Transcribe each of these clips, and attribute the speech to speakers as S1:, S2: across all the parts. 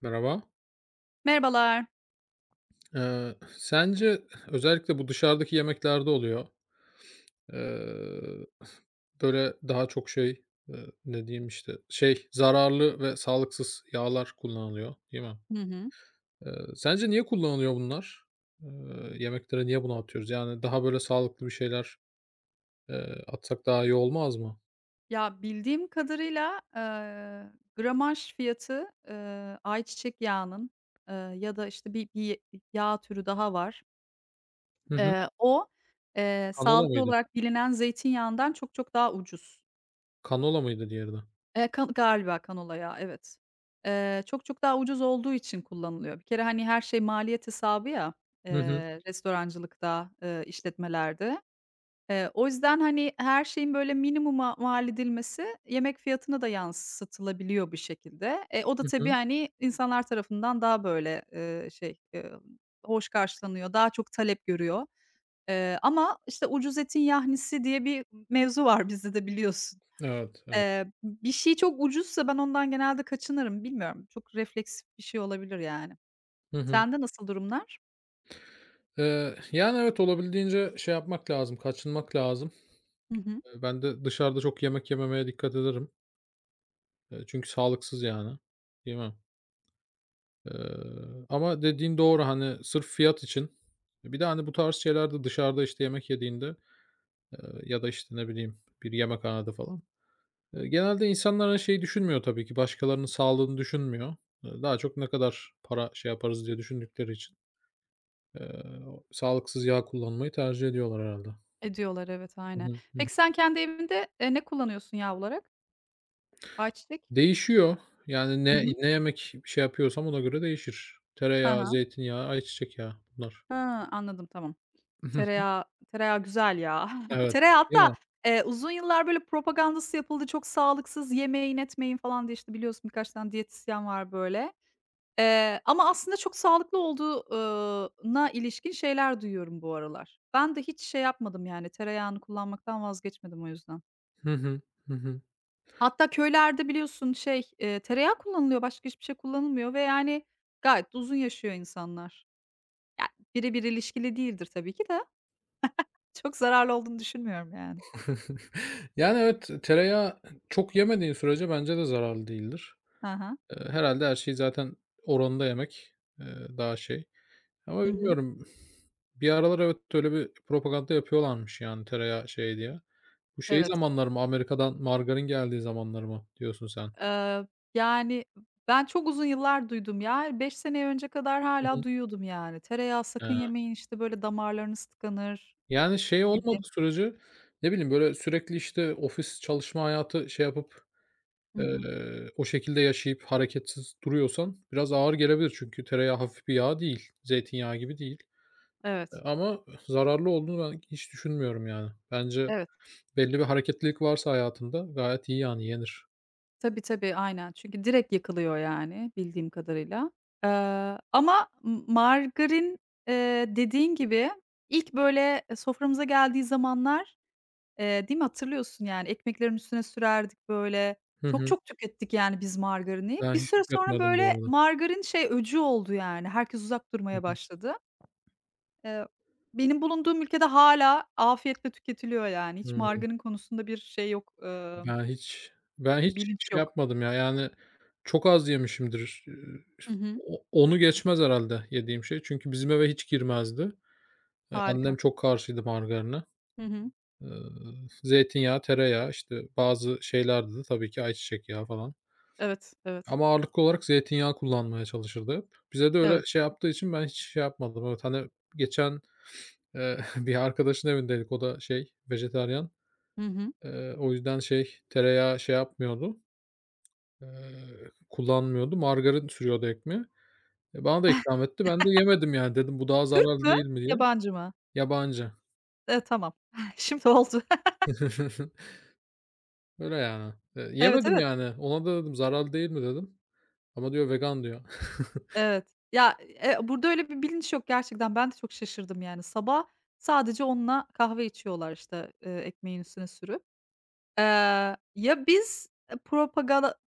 S1: Merhaba.
S2: Merhabalar.
S1: Sence özellikle bu dışarıdaki yemeklerde oluyor. Eee, böyle daha çok şey, eee, ne diyeyim, işte, şey, zararlı ve sağlıksız yağlar kullanılıyor, değil mi?
S2: Hı hı.
S1: Sence niye kullanılıyor bunlar? Eee, yemeklere niye bunu atıyoruz? Yani daha böyle sağlıklı bir şeyler, atsak daha iyi olmaz mı?
S2: Ya, bildiğim kadarıyla, gramaj fiyatı, ayçiçek yağının, ya da, işte, bir yağ türü daha var.
S1: Hı hı.
S2: O,
S1: Kanola
S2: sağlıklı
S1: mıydı?
S2: olarak bilinen zeytinyağından çok çok daha ucuz.
S1: Kanola mıydı diğeri de?
S2: Ka Galiba kanola yağı, evet. Çok çok daha ucuz olduğu için kullanılıyor. Bir kere, hani, her şey maliyet hesabı ya,
S1: Hı hı.
S2: restorancılıkta, işletmelerde. O yüzden, hani, her şeyin böyle minimuma mal edilmesi yemek fiyatına da yansıtılabiliyor bir şekilde. E, o da
S1: Hı
S2: tabii,
S1: hı.
S2: hani, insanlar tarafından daha böyle, şey, hoş karşılanıyor, daha çok talep görüyor. Ama, işte, ucuz etin yahnisi diye bir mevzu var bizde de biliyorsun.
S1: Evet, evet.
S2: Bir şey çok ucuzsa ben ondan genelde kaçınırım. Bilmiyorum, çok refleksif bir şey olabilir yani.
S1: Hı hı.
S2: Sende nasıl durumlar?
S1: Yani evet, olabildiğince şey yapmak lazım, kaçınmak lazım.
S2: Hı hı.
S1: Ben de dışarıda çok yemek yememeye dikkat ederim. Çünkü sağlıksız yani. Yemem. Eee, ama dediğin doğru, hani, sırf fiyat için bir de, hani, bu tarz şeylerde dışarıda, işte, yemek yediğinde, ya da, işte, ne bileyim, bir yemekhanede falan, genelde insanlar, hani, şeyi düşünmüyor tabii ki, başkalarının sağlığını düşünmüyor. Daha çok ne kadar para şey yaparız diye düşündükleri için, eee, sağlıksız yağ kullanmayı tercih ediyorlar herhâlde.
S2: Ediyorlar, evet, aynen.
S1: Hı. Hı.
S2: Peki sen kendi evinde, ne kullanıyorsun yağ olarak? Ayçiçek?
S1: Değişiyor. Yani
S2: Hı
S1: ne
S2: hı.
S1: ne yemek şey yapıyorsam ona göre değişir.
S2: Hı
S1: Tereyağı,
S2: hı.
S1: zeytinyağı, ayçiçek yağı bunlar.
S2: He, anladım, tamam.
S1: Hı hı.
S2: Tereyağı tereyağı güzel ya.
S1: Evet,
S2: Tereyağı
S1: değil
S2: hatta,
S1: mi?
S2: uzun yıllar böyle propagandası yapıldı, çok sağlıksız, yemeyin etmeyin falan diye, işte, biliyorsun birkaç tane diyetisyen var böyle. Ama aslında çok sağlıklı olduğuna ilişkin şeyler duyuyorum bu aralar. Ben de hiç şey yapmadım yani tereyağını kullanmaktan vazgeçmedim o yüzden.
S1: Hı hı. Hı hı.
S2: Hatta köylerde biliyorsun şey, tereyağı kullanılıyor, başka hiçbir şey kullanılmıyor ve yani gayet de uzun yaşıyor insanlar. Ya, birebir ilişkili değildir tabii ki de çok zararlı olduğunu düşünmüyorum yani.
S1: Yani, evet, tereyağı çok yemediğin sürece bence de zararlı değildir.
S2: Ha ha.
S1: Herhâlde her şeyi zaten oranında yemek, eee, daha şey ama
S2: Hı hı.
S1: bilmiyorum. Bir aralar evet, öyle bir propaganda yapıyorlarmış yani tereyağı şey diye. Bu şey
S2: Evet.
S1: zamanlar mı, Amerika'dan margarin geldiği zamanlar mı diyorsun sen?
S2: Eee, Yani, ben çok uzun yıllar duydum ya. 5 sene önce kadar
S1: Hı
S2: hala
S1: hı.
S2: duyuyordum yani. Tereyağı sakın
S1: He.
S2: yemeyin, işte, böyle damarlarınız tıkanır
S1: Yani, şey
S2: gibi.
S1: olmadığı sürece, ne bileyim, böyle, sürekli, işte, ofis çalışma hayatı şey yapıp,
S2: Hı hı.
S1: o şekilde yaşayıp hareketsiz duruyorsan biraz ağır gelebilir. Çünkü tereyağı hafif bir yağ değil, zeytinyağı gibi değil. Eee,
S2: Evet,
S1: ama zararlı olduğunu ben hiç düşünmüyorum, yani. Bence
S2: evet.
S1: belli bir hareketlilik varsa hayatında gayet iyi, yani, yenir.
S2: Tabii, tabii, aynen. Çünkü direkt yakılıyor yani bildiğim kadarıyla. Eee, ama m Margarin, dediğin gibi ilk böyle, soframıza geldiği zamanlar. Değil mi? Hatırlıyorsun yani ekmeklerin üstüne sürerdik böyle.
S1: Hı
S2: Çok
S1: hı.
S2: çok tükettik yani biz margarini.
S1: Ben
S2: Bir
S1: hiç
S2: süre sonra
S1: tüketmedim bu
S2: böyle
S1: arada.
S2: margarin şey öcü oldu yani. Herkes uzak
S1: Hı
S2: durmaya
S1: hı.
S2: başladı. Eee, Benim bulunduğum ülkede hâlâ afiyetle tüketiliyor yani. Hiç
S1: Hıı.
S2: margarin konusunda bir şey yok,
S1: Ben hiç ben hiç
S2: bilinç
S1: şey
S2: yok.
S1: yapmadım ya, yani çok az yemişimdir.
S2: Hı hı.
S1: Onu geçmez herhalde yediğim şey. Çünkü bizim eve hiç girmezdi. Eee,
S2: Harika.
S1: annem çok karşıydı margarine.
S2: Hı hı.
S1: Eee, zeytinyağı, tereyağı, işte, bazı şeylerdi de tabii ki ayçiçek yağı falan
S2: Evet, evet,
S1: ama ağırlıklı olarak zeytinyağı kullanmaya çalışırdı hep. Bize de
S2: evet.
S1: öyle şey yaptığı için ben hiç şey yapmadım. Evet, hani, geçen, bir arkadaşın evindeydik. O da şey, vejetaryen.
S2: Hı hı.
S1: O yüzden şey, tereyağı şey yapmıyordu. Kullanmıyordu. Margarin sürüyordu ekmeğe. E, bana da ikram etti. Ben de yemedim yani. Dedim bu daha
S2: Türk
S1: zararlı
S2: mü,
S1: değil mi diye.
S2: yabancı mı?
S1: Yabancı.
S2: Evet, tamam. Şimdi oldu.
S1: Öyle yani. Eee,
S2: Evet,
S1: yemedim
S2: evet.
S1: yani. Ona da dedim zararlı değil mi dedim. Ama diyor vegan diyor.
S2: Evet. Ya, burada öyle bir bilinç yok gerçekten. Ben de çok şaşırdım yani. Sabah sadece onunla kahve içiyorlar, işte, ekmeğin üstüne sürüp. Ya biz, propagada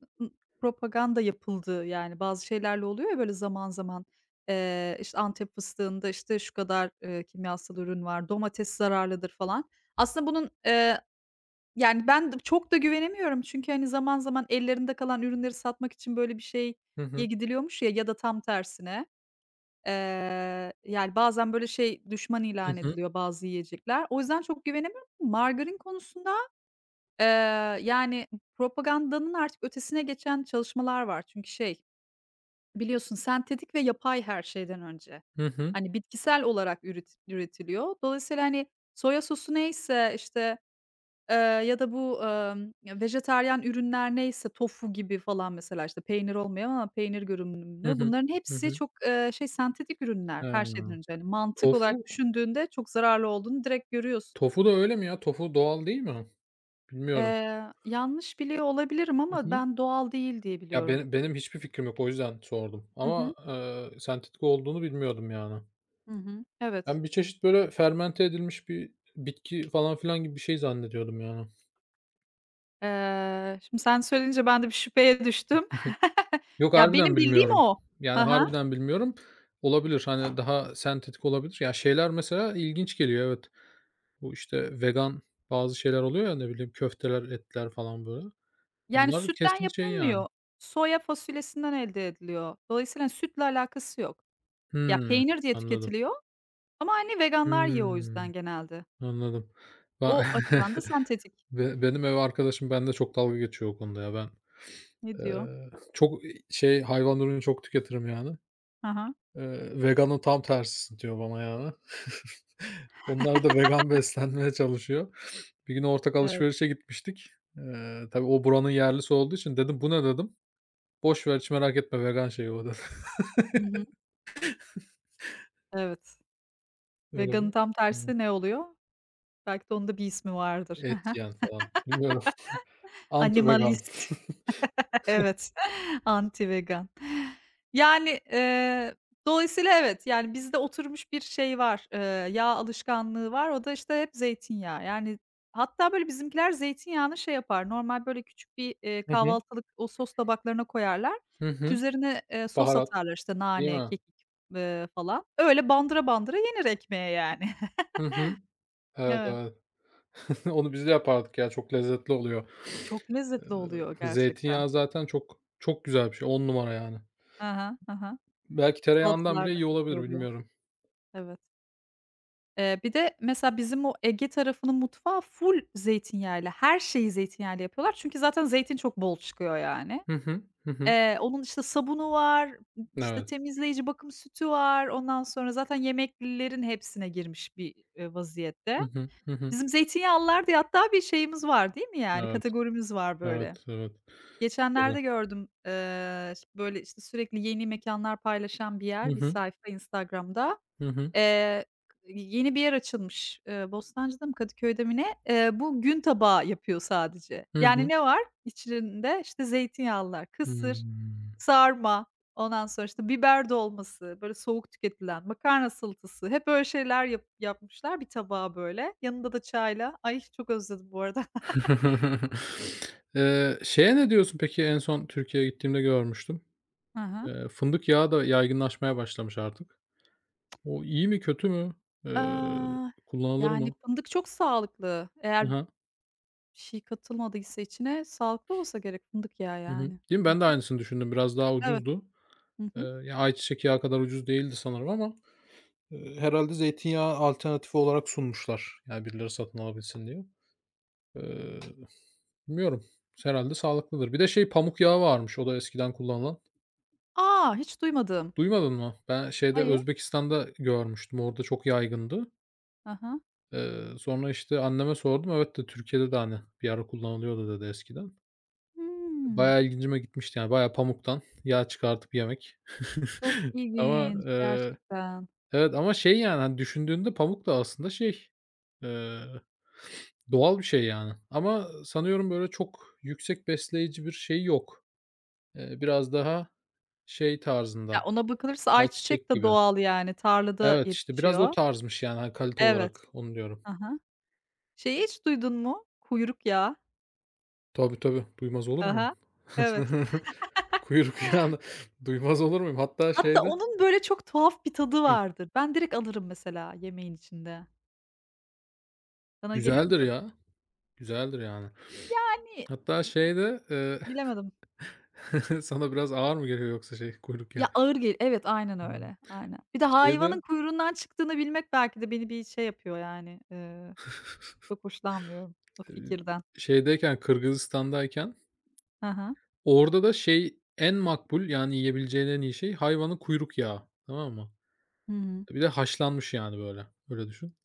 S2: propaganda yapıldı yani bazı şeylerle oluyor ya böyle zaman zaman, işte, Antep fıstığında, işte, şu kadar, kimyasal ürün var, domates zararlıdır falan. Aslında bunun, yani ben d çok da güvenemiyorum çünkü, hani, zaman zaman ellerinde kalan ürünleri satmak için böyle bir şey
S1: Hı
S2: ya
S1: hı.
S2: gidiliyormuş ya da tam tersine. Yani, bazen, böyle, şey, düşman
S1: Hı
S2: ilan
S1: hı.
S2: ediliyor bazı yiyecekler. O yüzden çok güvenemiyorum. Margarin konusunda, eee, yani, propagandanın artık ötesine geçen çalışmalar var. Çünkü şey, biliyorsun sentetik ve yapay her şeyden önce.
S1: Hı hı.
S2: Hani, bitkisel olarak üretiliyor. Dolayısıyla, hani, soya sosu neyse, Eee, ya da bu, ya, vejetaryen ürünler neyse tofu gibi falan mesela, işte, peynir olmayan ama peynir
S1: Hı
S2: görünümlü,
S1: hı.
S2: bunların
S1: Hı
S2: hepsi
S1: hı.
S2: çok, şey, sentetik ürünler her şeyden
S1: He.
S2: önce. Hani, mantık
S1: Tofu
S2: olarak düşündüğünde çok zararlı olduğunu direkt görüyorsun.
S1: tofu da öyle mi ya? Tofu doğal değil mi? Bilmiyorum.
S2: Yanlış biliyor olabilirim
S1: Hı
S2: ama
S1: hı.
S2: ben doğal değil diye
S1: Ya,
S2: biliyorum.
S1: benim hiçbir fikrim yok. O yüzden sordum.
S2: Hı
S1: Ama,
S2: hı.
S1: sentetik olduğunu bilmiyordum yani.
S2: Hı hı. Evet.
S1: Ben bir çeşit böyle fermente edilmiş bir bitki falan filan gibi bir şey zannediyordum yani.
S2: Şimdi sen söyleyince ben de bir şüpheye düştüm.
S1: Yok,
S2: Ya, benim
S1: harbiden
S2: bildiğim
S1: bilmiyorum.
S2: o.
S1: Yani
S2: Hı hı.
S1: harbiden bilmiyorum. Olabilir, hani, daha sentetik olabilir. Ya, şeyler mesela ilginç geliyor, evet. Bu, işte, vegan bazı şeyler oluyor ya, ne bileyim, köfteler, etler falan böyle.
S2: Yani,
S1: Onlar
S2: sütten
S1: kesin şey yani.
S2: yapılmıyor. Soya fasulyesinden elde ediliyor. Dolayısıyla sütle alakası yok. Ya,
S1: Hımm,
S2: peynir diye
S1: anladım.
S2: tüketiliyor ama, hani, veganlar yiyor o yüzden
S1: Hımm,
S2: genelde.
S1: anladım. Ba
S2: O açıdan da sentetik.
S1: benim ev arkadaşım benimle çok dalga geçiyor o konuda ya. Ben,
S2: Ne diyor?
S1: çok, şey, hayvan ürünü çok tüketirim yani.
S2: Ha ha.
S1: Veganın tam tersisin diyor bana yani. Onlar da vegan beslenmeye çalışıyor. Bir gün ortak
S2: Evet.
S1: alışverişe gitmiştik. Tabii o buranın yerlisi olduğu için dedim, "Bu ne?" dedim. "Boş ver, hiç merak etme vegan şeyi o." dedi.
S2: Hı hı. Evet.
S1: Öyle
S2: Veganın
S1: bir
S2: tam
S1: yani
S2: tersi ne oluyor? Belki de onun da bir ismi vardır.
S1: et yiyen falan. Bilmiyorum. Anti vegan.
S2: Animalist. Evet, anti-vegan. Yani, dolayısıyla evet, yani, bizde oturmuş bir şey var, yağ alışkanlığı var. O da, işte, hep zeytinyağı. Yani, hatta, böyle, bizimkiler zeytinyağını şey yapar, normal, böyle, küçük bir,
S1: Hı hı.
S2: kahvaltılık o sos tabaklarına koyarlar.
S1: Hı hı.
S2: Üzerine, sos
S1: Baharat,
S2: atarlar, işte,
S1: değil
S2: nane,
S1: mi?
S2: kekik, falan. Öyle bandıra bandıra yenir ekmeğe, yani.
S1: Hı hı. Evet,
S2: Evet.
S1: evet. Onu biz de yapardık ya, çok lezzetli oluyor.
S2: Çok
S1: Eee,
S2: lezzetli oluyor gerçekten.
S1: zeytinyağı zaten çok çok güzel bir şey, on numara yani.
S2: Hı hı.
S1: Belki tereyağından
S2: Salatalar
S1: bile
S2: da
S1: iyi
S2: çok iyi
S1: olabilir,
S2: oluyor.
S1: bilmiyorum.
S2: Evet. Bir de mesela bizim o Ege tarafının mutfağı ful zeytinyağıyla, her şeyi zeytinyağıyla yapıyorlar. Çünkü zaten zeytin çok bol çıkıyor yani.
S1: Hı hı. Hı hı.
S2: Onun, işte, sabunu var, işte,
S1: Evet.
S2: temizleyici bakım sütü var. Ondan sonra zaten yemeklilerin hepsine girmiş bir,
S1: Hı
S2: vaziyette.
S1: hı. Hı hı.
S2: Bizim zeytinyağlılar diye hatta bir şeyimiz var, değil mi yani?
S1: Evet,
S2: Kategorimiz var böyle.
S1: evet, evet. Tabii.
S2: Geçenlerde gördüm, böyle, işte, sürekli yeni mekanlar paylaşan bir
S1: Hı
S2: yer, bir
S1: hı.
S2: sayfa Instagram'da.
S1: Hı hı.
S2: Eee, Yeni bir yer açılmış, Bostancı'da mı Kadıköy'de mi ne? Bu gün tabağı yapıyor sadece.
S1: Hı
S2: Yani
S1: hı.
S2: ne var içinde? İşte zeytinyağlılar, kısır,
S1: Hımm.
S2: sarma, ondan sonra, işte, biber dolması, böyle soğuk tüketilen, makarna salatası, hep öyle şeyler yapmışlar bir tabağa böyle. Yanında da çayla. Ay, çok özledim bu arada.
S1: Şeye ne diyorsun peki? En son Türkiye'ye gittiğimde görmüştüm.
S2: Hı hı.
S1: Fındık yağı da yaygınlaşmaya başlamış artık. O iyi mi, kötü mü? Eee,
S2: Aaa,
S1: kullanılır
S2: yani
S1: mı?
S2: fındık çok sağlıklı.
S1: Hı
S2: Eğer bir
S1: hı.
S2: şey katılmadıysa içine sağlıklı olsa gerek fındık yağı
S1: Hı hı.
S2: yani.
S1: Değil mi?
S2: Hı
S1: Ben de
S2: hı.
S1: aynısını düşündüm. Biraz daha
S2: Evet.
S1: ucuzdu.
S2: Hı
S1: Eee,
S2: hı.
S1: ya, ayçiçek yağı kadar ucuz değildi sanırım ama, herhâlde zeytinyağı alternatifi olarak sunmuşlar. Yani birileri satın alabilsin diye. Eee, bilmiyorum. Herhâlde sağlıklıdır. Bir de şey pamuk yağı varmış, o da eskiden kullanılan.
S2: A! Hiç duymadım.
S1: Duymadın mı? Ben şeyde
S2: Hayır.
S1: Özbekistan'da görmüştüm, orada çok yaygındı.
S2: Hı hı.
S1: Sonra, işte, anneme sordum. Evet de Türkiye'de de, hani, bir ara kullanılıyordu dedi eskiden.
S2: Hımm.
S1: Bayağı ilgincime gitmişti, yani, bayağı pamuktan yağ çıkartıp yemek.
S2: Çok
S1: Ama,
S2: ilginç gerçekten.
S1: evet ama şey, yani, hani, düşündüğünde pamuk da aslında şey, eee, doğal bir şey, yani. Ama sanıyorum, böyle, çok yüksek besleyici bir şey yok. Biraz daha şey
S2: Ya,
S1: tarzında,
S2: ona bakılırsa
S1: ayçiçek
S2: ayçiçek de
S1: gibi.
S2: doğal yani tarlada
S1: Evet, işte, biraz o
S2: yetişiyor.
S1: tarzmış yani, hani, kalite
S2: Evet.
S1: olarak onu diyorum.
S2: Hı hı. Şeyi hiç duydun mu? Kuyruk yağı.
S1: Tabii, tabii, duymaz olur
S2: Hı
S1: muyum?
S2: hı. Evet.
S1: Kuyruk yağını duymaz olur muyum? Hatta
S2: Hatta
S1: şeyde.
S2: onun böyle çok tuhaf bir tadı
S1: Hıh.
S2: vardır. Ben direkt alırım mesela yemeğin içinde. Sana gelir mi
S1: Güzeldir
S2: tadı?
S1: ya, güzeldir yani.
S2: Yani
S1: Hatta şeyde,
S2: bilemedim.
S1: sana biraz ağır mı geliyor yoksa şey, kuyruk
S2: Ya,
S1: yağı?
S2: ağır gel evet, aynen
S1: Hımm.
S2: öyle. Aynen. Bir de hayvanın
S1: Şeyde,
S2: kuyruğundan çıktığını bilmek belki de beni bir şey yapıyor yani, çok hoşlanmıyorum o
S1: eee,
S2: fikirden.
S1: şeydeyken, Kırgızistan'dayken
S2: Hı hı.
S1: orada da şey en makbul yani yiyebileceğin en iyi şey hayvanın kuyruk yağı, tamam mı?
S2: Hı hı.
S1: Bir de haşlanmış yani böyle, öyle düşün.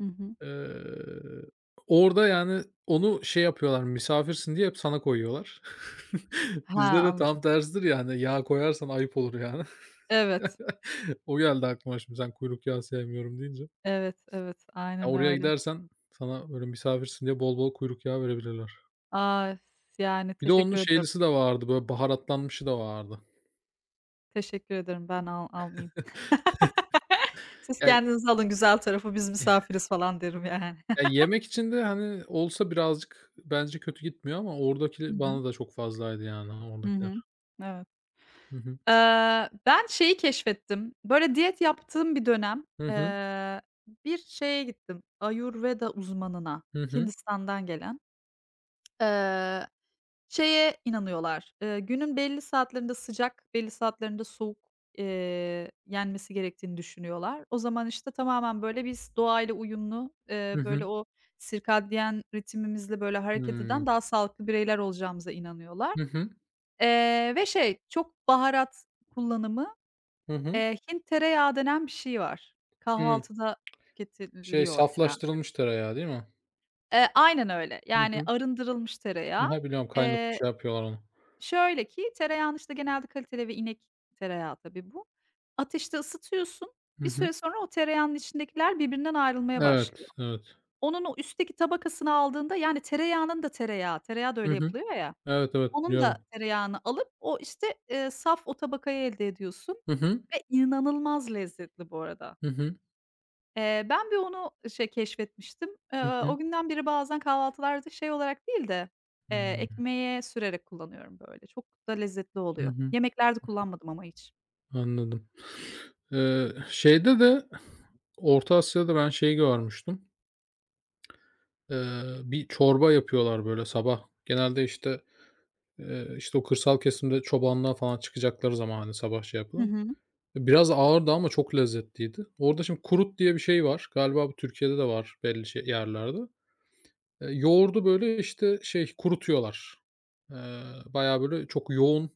S2: Hı hı.
S1: Eee, orada yani onu şey yapıyorlar, misafirsin diye hep sana koyuyorlar.
S2: Ha,
S1: Bizde de
S2: anladım.
S1: tam tersidir yani yağ koyarsan ayıp olur yani.
S2: Evet,
S1: O geldi aklıma şimdi sen kuyruk yağı sevmiyorum deyince.
S2: evet, evet.
S1: Ya,
S2: Aynen
S1: oraya
S2: öyle.
S1: gidersen sana böyle misafirsin diye bol bol kuyruk yağı verebilirler.
S2: A, yani
S1: Bir de onun
S2: teşekkür ederim.
S1: şeylisi de vardı, böyle baharatlanmışı da vardı.
S2: Teşekkür ederim. Ben almayayım. Siz
S1: Ya
S2: kendiniz alın güzel tarafı, biz misafiriz falan derim yani.
S1: ya, yemek için de, hani, olsa birazcık bence kötü gitmiyor ama
S2: Hı
S1: oradaki
S2: hı.
S1: bana da çok fazlaydı yani
S2: Hı
S1: oradakiler.
S2: hı. Evet.
S1: Hı hı.
S2: Ben şeyi keşfettim. Böyle diyet yaptığım bir dönem,
S1: Hı hı.
S2: eee, bir şeye gittim, Ayurveda uzmanına,
S1: Hı hı.
S2: Hindistan'dan gelen. Eee Şeye inanıyorlar, günün belli saatlerinde sıcak, belli saatlerinde soğuk, yenmesi gerektiğini düşünüyorlar. O zaman, işte, tamamen, böyle, biz doğayla uyumlu,
S1: Hı
S2: böyle,
S1: hı.
S2: o sirkadiyen ritimimizle böyle, hareket
S1: Hımm.
S2: eden daha sağlıklı bireyler olacağımıza inanıyorlar.
S1: Hı hı.
S2: Ve şey, çok baharat kullanımı,
S1: Hı hı.
S2: Hint tereyağı denen bir şey var.
S1: Hımm.
S2: Kahvaltıda
S1: Şey,
S2: tüketiliyor genel.
S1: saflaştırılmış tereyağı değil mi?
S2: Aynen öyle.
S1: Hı
S2: Yani
S1: hı.
S2: arındırılmış
S1: Hı
S2: tereyağı.
S1: hı, biliyorum kaynatıp
S2: Eee
S1: şey yapıyorlar onu.
S2: Şöyle ki, tereyağını, işte, genelde kaliteli ve inek tereyağı tabii bu. Ateşte ısıtıyorsun,
S1: Hı
S2: bir
S1: hı.
S2: süre sonra o tereyağının içindekiler birbirinden ayrılmaya başlıyor.
S1: Evet, evet.
S2: Onun o üstteki tabakasını aldığında, yani tereyağının da tereyağı, tereyağı da
S1: Hı
S2: öyle
S1: hı.
S2: yapılıyor ya,
S1: Evet, evet,
S2: onun da
S1: biliyorum.
S2: tereyağını alıp o, işte, saf o tabakayı elde ediyorsun
S1: Hı hı.
S2: ve inanılmaz lezzetli bu arada.
S1: Hı hı.
S2: Ben bir onu şey keşfetmiştim.
S1: Hı hı.
S2: O günden beri bazen kahvaltılarda şey olarak değil de,
S1: Hımm.
S2: ekmeğe sürerek kullanıyorum böyle. Çok da lezzetli
S1: Hı
S2: oluyor.
S1: hı.
S2: Yemeklerde kullanmadım ama hiç.
S1: Anladım. Şeyde de Orta Asya'da ben şeyi görmüştüm. Eee, bir çorba yapıyorlar böyle sabah. Genelde, işte, işte, o kırsal kesimde çobanlığa falan çıkacakları zaman, hani, sabah şey
S2: Hı
S1: yapıyor.
S2: hı.
S1: Biraz ağırdı ama çok lezzetliydi. Orada şimdi kurut diye bir şey var. Galiba bu Türkiye'de de var belli şey yerlerde. Yoğurdu, böyle, işte, şey, kurutuyorlar. Eee, bayağı, böyle, çok yoğun,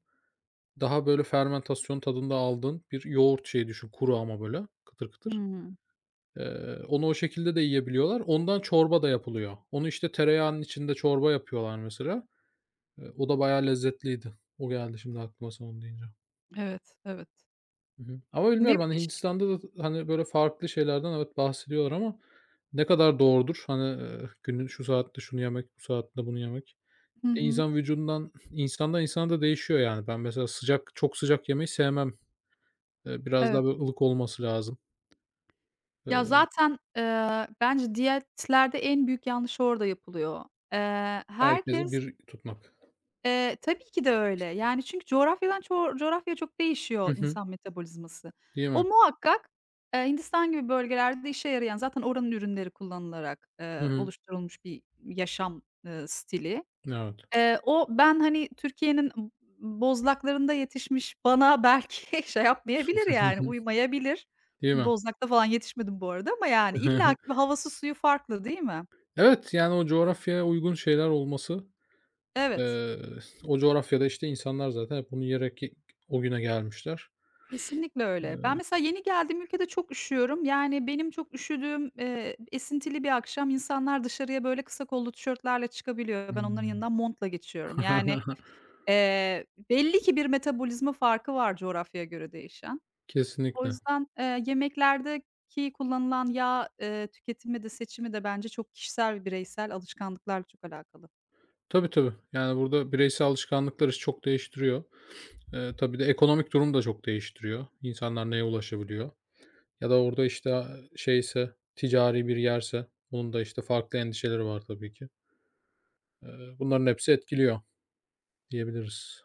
S1: daha, böyle, fermentasyon tadında aldığın bir yoğurt şeyi düşün. Kuru ama, böyle, kıtır kıtır.
S2: Hımm.
S1: Onu o şekilde de yiyebiliyorlar. Ondan çorba da yapılıyor. Onu, işte, tereyağının içinde çorba yapıyorlar mesela. O da bayağı lezzetliydi. O geldi şimdi aklıma sen onu deyince.
S2: Evet, evet.
S1: Hı hı. Ama
S2: Ve
S1: bilmiyorum,
S2: bir
S1: hani,
S2: de
S1: Hindistan'da da, hani, böyle farklı şeylerden evet bahsediyorlar ama ne kadar doğrudur? Hani, günün şu saatte şunu yemek, bu saatte bunu yemek.
S2: Hı
S1: E,
S2: hı.
S1: insan vücudundan insandan insana da değişiyor yani. Ben mesela sıcak çok sıcak yemeyi sevmem. Biraz
S2: Evet.
S1: daha böyle ılık olması lazım.
S2: Ya,
S1: Eee,
S2: zaten, bence diyetlerde en büyük yanlış orada yapılıyor.
S1: herkesi
S2: Herkes
S1: bir tutmak.
S2: Tabii ki de öyle. Yani, çünkü coğrafyadan coğrafyaya çok değişiyor
S1: Hı hı.
S2: insan metabolizması.
S1: Değil
S2: O
S1: mi?
S2: muhakkak, Hindistan gibi bölgelerde işe yarayan zaten oranın ürünleri kullanılarak,
S1: Hı hı.
S2: oluşturulmuş bir yaşam, stili.
S1: Evet.
S2: O ben, hani, Türkiye'nin bozlaklarında yetişmiş bana belki şey yapmayabilir, yani, uymayabilir.
S1: Değil mi?
S2: Bozlakta falan yetişmedim bu arada ama, yani, illaki bir havası suyu farklı değil mi?
S1: Evet, yani o coğrafyaya uygun şeyler olması,
S2: Evet,
S1: eee, o coğrafyada, işte, insanlar zaten hep bunu yiyerek o güne gelmişler.
S2: kesinlikle öyle. Ben
S1: Eee,
S2: mesela yeni geldiğim ülkede çok üşüyorum. Yani, benim çok üşüdüğüm, esintili bir akşam insanlar dışarıya böyle kısa kollu tişörtlerle çıkabiliyor. Ben onların
S1: Hımm.
S2: yanından montla geçiyorum. Yani, belli ki bir metabolizma farkı var coğrafyaya göre değişen. O
S1: Kesinlikle.
S2: yüzden, yemeklerdeki kullanılan yağ, tüketimi de seçimi de bence çok kişisel ve bireysel alışkanlıklarla çok alakalı.
S1: Tabii, tabii. Yani, burada bireysel alışkanlıklar işi çok değiştiriyor. Tabii de ekonomik durum da çok değiştiriyor. İnsanlar neye ulaşabiliyor? Ya da orada, işte, şeyse, ticari bir yerse bunun da, işte, farklı endişeleri var tabii ki. Bunların hepsi etkiliyor diyebiliriz.